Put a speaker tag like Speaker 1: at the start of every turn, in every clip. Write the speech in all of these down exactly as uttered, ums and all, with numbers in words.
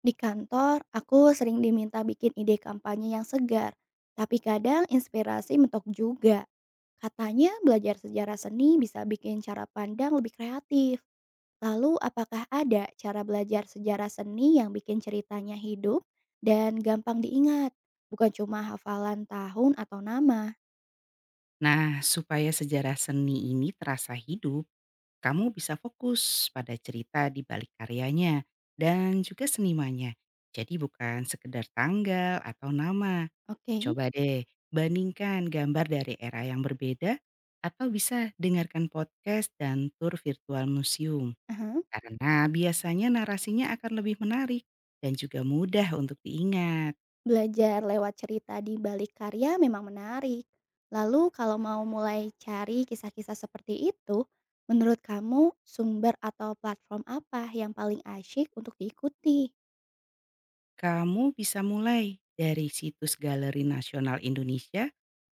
Speaker 1: Di kantor, aku sering diminta bikin ide kampanye yang segar, tapi kadang inspirasi mentok juga. Katanya belajar sejarah seni bisa bikin cara pandang lebih kreatif. Lalu apakah ada cara belajar sejarah seni yang bikin ceritanya hidup dan gampang diingat? Bukan cuma hafalan tahun atau nama.
Speaker 2: Nah, supaya sejarah seni ini terasa hidup, kamu bisa fokus pada cerita di balik karyanya dan juga senimannya. Jadi bukan sekedar tanggal atau nama.
Speaker 1: Oke.
Speaker 2: Coba deh bandingkan gambar dari era yang berbeda atau bisa dengarkan podcast dan tur virtual museum.
Speaker 1: Aha.
Speaker 2: Karena biasanya narasinya akan lebih menarik dan juga mudah untuk diingat.
Speaker 1: Belajar lewat cerita di balik karya memang menarik. Lalu kalau mau mulai cari kisah-kisah seperti itu, menurut kamu sumber atau platform apa yang paling asyik untuk diikuti?
Speaker 2: Kamu bisa mulai dari situs Galeri Nasional Indonesia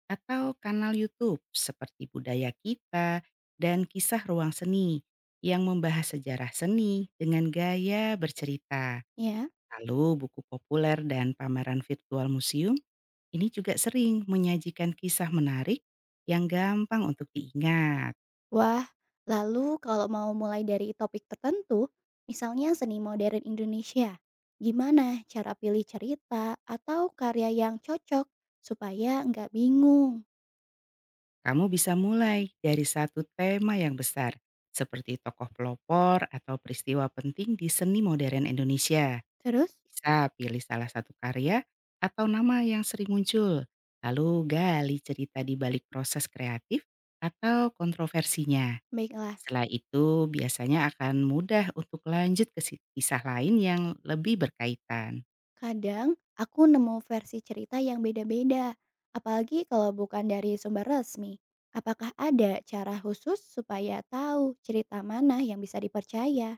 Speaker 2: atau kanal YouTube seperti Budaya Kita dan Kisah Ruang Seni yang membahas sejarah seni dengan gaya bercerita.
Speaker 1: Ya.
Speaker 2: Lalu buku populer dan pameran virtual museum ini juga sering menyajikan kisah menarik yang gampang untuk diingat.
Speaker 1: Wah, lalu kalau mau mulai dari topik tertentu, misalnya seni modern Indonesia, gimana cara pilih cerita atau karya yang cocok supaya nggak bingung?
Speaker 2: Kamu bisa mulai dari satu tema yang besar, seperti tokoh pelopor atau peristiwa penting di seni modern Indonesia.
Speaker 1: Terus,
Speaker 2: Bisa pilih salah satu karya atau nama yang sering muncul, lalu gali cerita di balik proses kreatif atau kontroversinya.
Speaker 1: baiklah.
Speaker 2: Setelah itu biasanya akan mudah untuk lanjut ke si- kisah lain yang lebih berkaitan.
Speaker 1: Kadang aku nemu versi cerita yang beda-beda, apalagi kalau bukan dari sumber resmi. Apakah ada cara khusus supaya tahu cerita mana yang bisa dipercaya?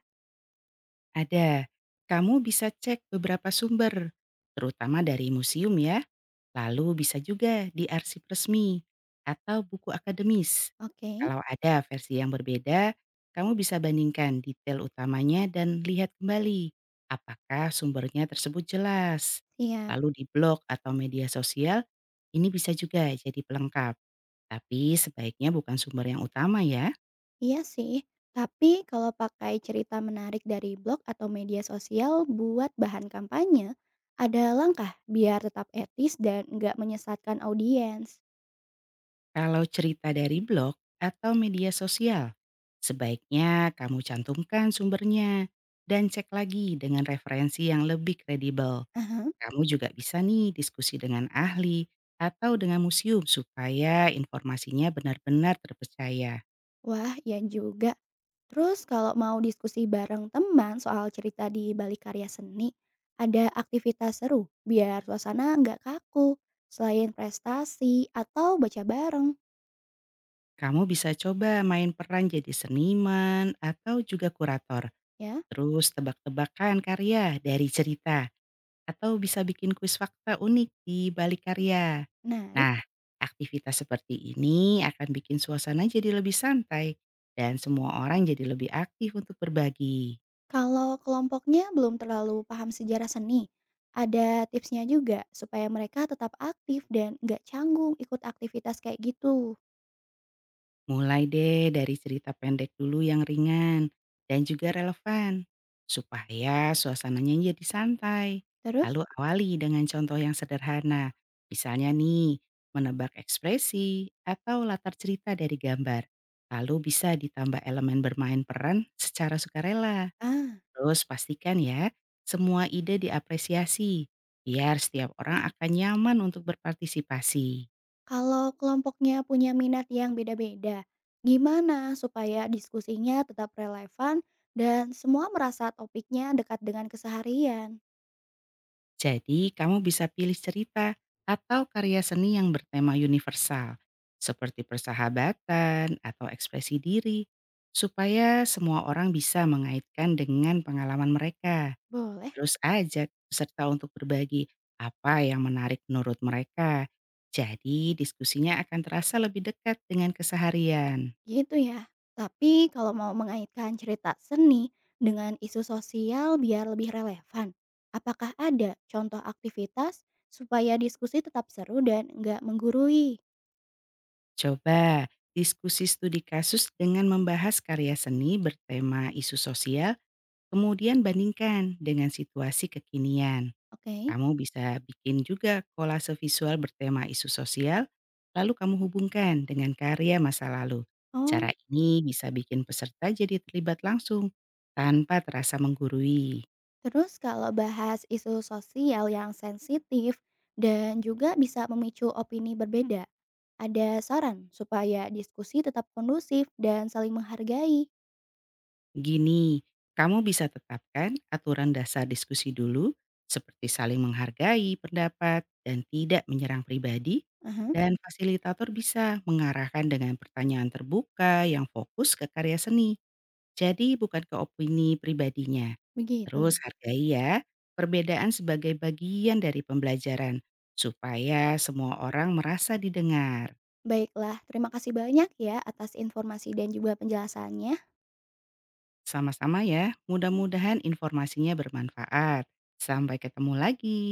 Speaker 2: Ada, kamu bisa cek beberapa sumber, terutama dari museum ya. Lalu bisa juga di arsip resmi atau buku akademis.
Speaker 1: Oke,
Speaker 2: Kalau ada versi yang berbeda, kamu bisa bandingkan detail utamanya dan lihat kembali apakah sumbernya tersebut jelas.
Speaker 1: siap.
Speaker 2: Lalu di blog atau media sosial, ini bisa juga jadi pelengkap. Tapi sebaiknya bukan sumber yang utama ya.
Speaker 1: Iya sih, tapi kalau pakai cerita menarik dari blog atau media sosial buat bahan kampanye, ada langkah biar tetap etis dan nggak menyesatkan audiens.
Speaker 2: Kalau cerita dari blog atau media sosial, sebaiknya kamu cantumkan sumbernya dan cek lagi dengan referensi yang lebih kredibel.
Speaker 1: Aha.
Speaker 2: Kamu juga bisa nih diskusi dengan ahli atau dengan museum supaya informasinya benar-benar terpercaya.
Speaker 1: Wah, iya juga. Terus kalau mau diskusi bareng teman soal cerita di balik karya seni, ada aktivitas seru biar suasana nggak kaku, selain prestasi atau baca bareng,
Speaker 2: Kamu bisa coba main peran jadi seniman atau juga kurator,
Speaker 1: ya.
Speaker 2: terus tebak-tebakan karya dari cerita, atau bisa bikin kuis fakta unik di balik karya.
Speaker 1: Menarik.
Speaker 2: Nah, aktivitas seperti ini akan bikin suasana jadi lebih santai dan semua orang jadi lebih aktif untuk berbagi.
Speaker 1: Kalau kelompoknya belum terlalu paham sejarah seni, ada tipsnya juga supaya mereka tetap aktif dan nggak canggung ikut aktivitas kayak gitu.
Speaker 2: Mulai deh dari cerita pendek dulu yang ringan dan juga relevan, supaya suasananya jadi santai.
Speaker 1: Terus?
Speaker 2: Lalu awali dengan contoh yang sederhana, misalnya nih, menebak ekspresi atau latar cerita dari gambar. Lalu bisa ditambah elemen bermain peran secara sukarela.
Speaker 1: Ah,
Speaker 2: Terus pastikan ya, semua ide diapresiasi, biar setiap orang akan nyaman untuk berpartisipasi.
Speaker 1: kalau kelompoknya punya minat yang beda-beda, gimana supaya diskusinya tetap relevan dan semua merasa topiknya dekat dengan keseharian?
Speaker 2: Jadi, kamu bisa pilih cerita atau karya seni yang bertema universal, seperti persahabatan atau ekspresi diri, supaya semua orang bisa mengaitkan dengan pengalaman mereka.
Speaker 1: Boleh.
Speaker 2: Terus ajak peserta untuk berbagi apa yang menarik menurut mereka. Jadi, diskusinya akan terasa lebih dekat dengan keseharian.
Speaker 1: Gitu ya. Tapi kalau mau mengaitkan cerita seni dengan isu sosial biar lebih relevan, apakah ada contoh aktivitas supaya diskusi tetap seru dan nggak menggurui?
Speaker 2: Coba diskusi studi kasus dengan membahas karya seni bertema isu sosial. Kemudian bandingkan dengan situasi kekinian.
Speaker 1: Oke.
Speaker 2: Kamu bisa bikin juga kolase visual bertema isu sosial, lalu kamu hubungkan dengan karya masa lalu.
Speaker 1: Oh,
Speaker 2: Cara ini bisa bikin peserta jadi terlibat langsung tanpa terasa menggurui.
Speaker 1: terus kalau bahas isu sosial yang sensitif dan juga bisa memicu opini berbeda, ada saran supaya diskusi tetap kondusif dan saling menghargai.
Speaker 2: Gini, kamu bisa tetapkan aturan dasar diskusi dulu, seperti saling menghargai pendapat dan tidak menyerang pribadi,
Speaker 1: Aha,
Speaker 2: dan fasilitator bisa mengarahkan dengan pertanyaan terbuka yang fokus ke karya seni. Jadi bukan ke opini pribadinya. Mmm.
Speaker 1: begitu.
Speaker 2: Terus hargai ya, perbedaan sebagai bagian dari pembelajaran, supaya semua orang merasa didengar.
Speaker 1: Baiklah, terima kasih banyak ya atas informasi dan juga penjelasannya.
Speaker 2: Sama-sama ya, mudah-mudahan informasinya bermanfaat. Sampai ketemu lagi.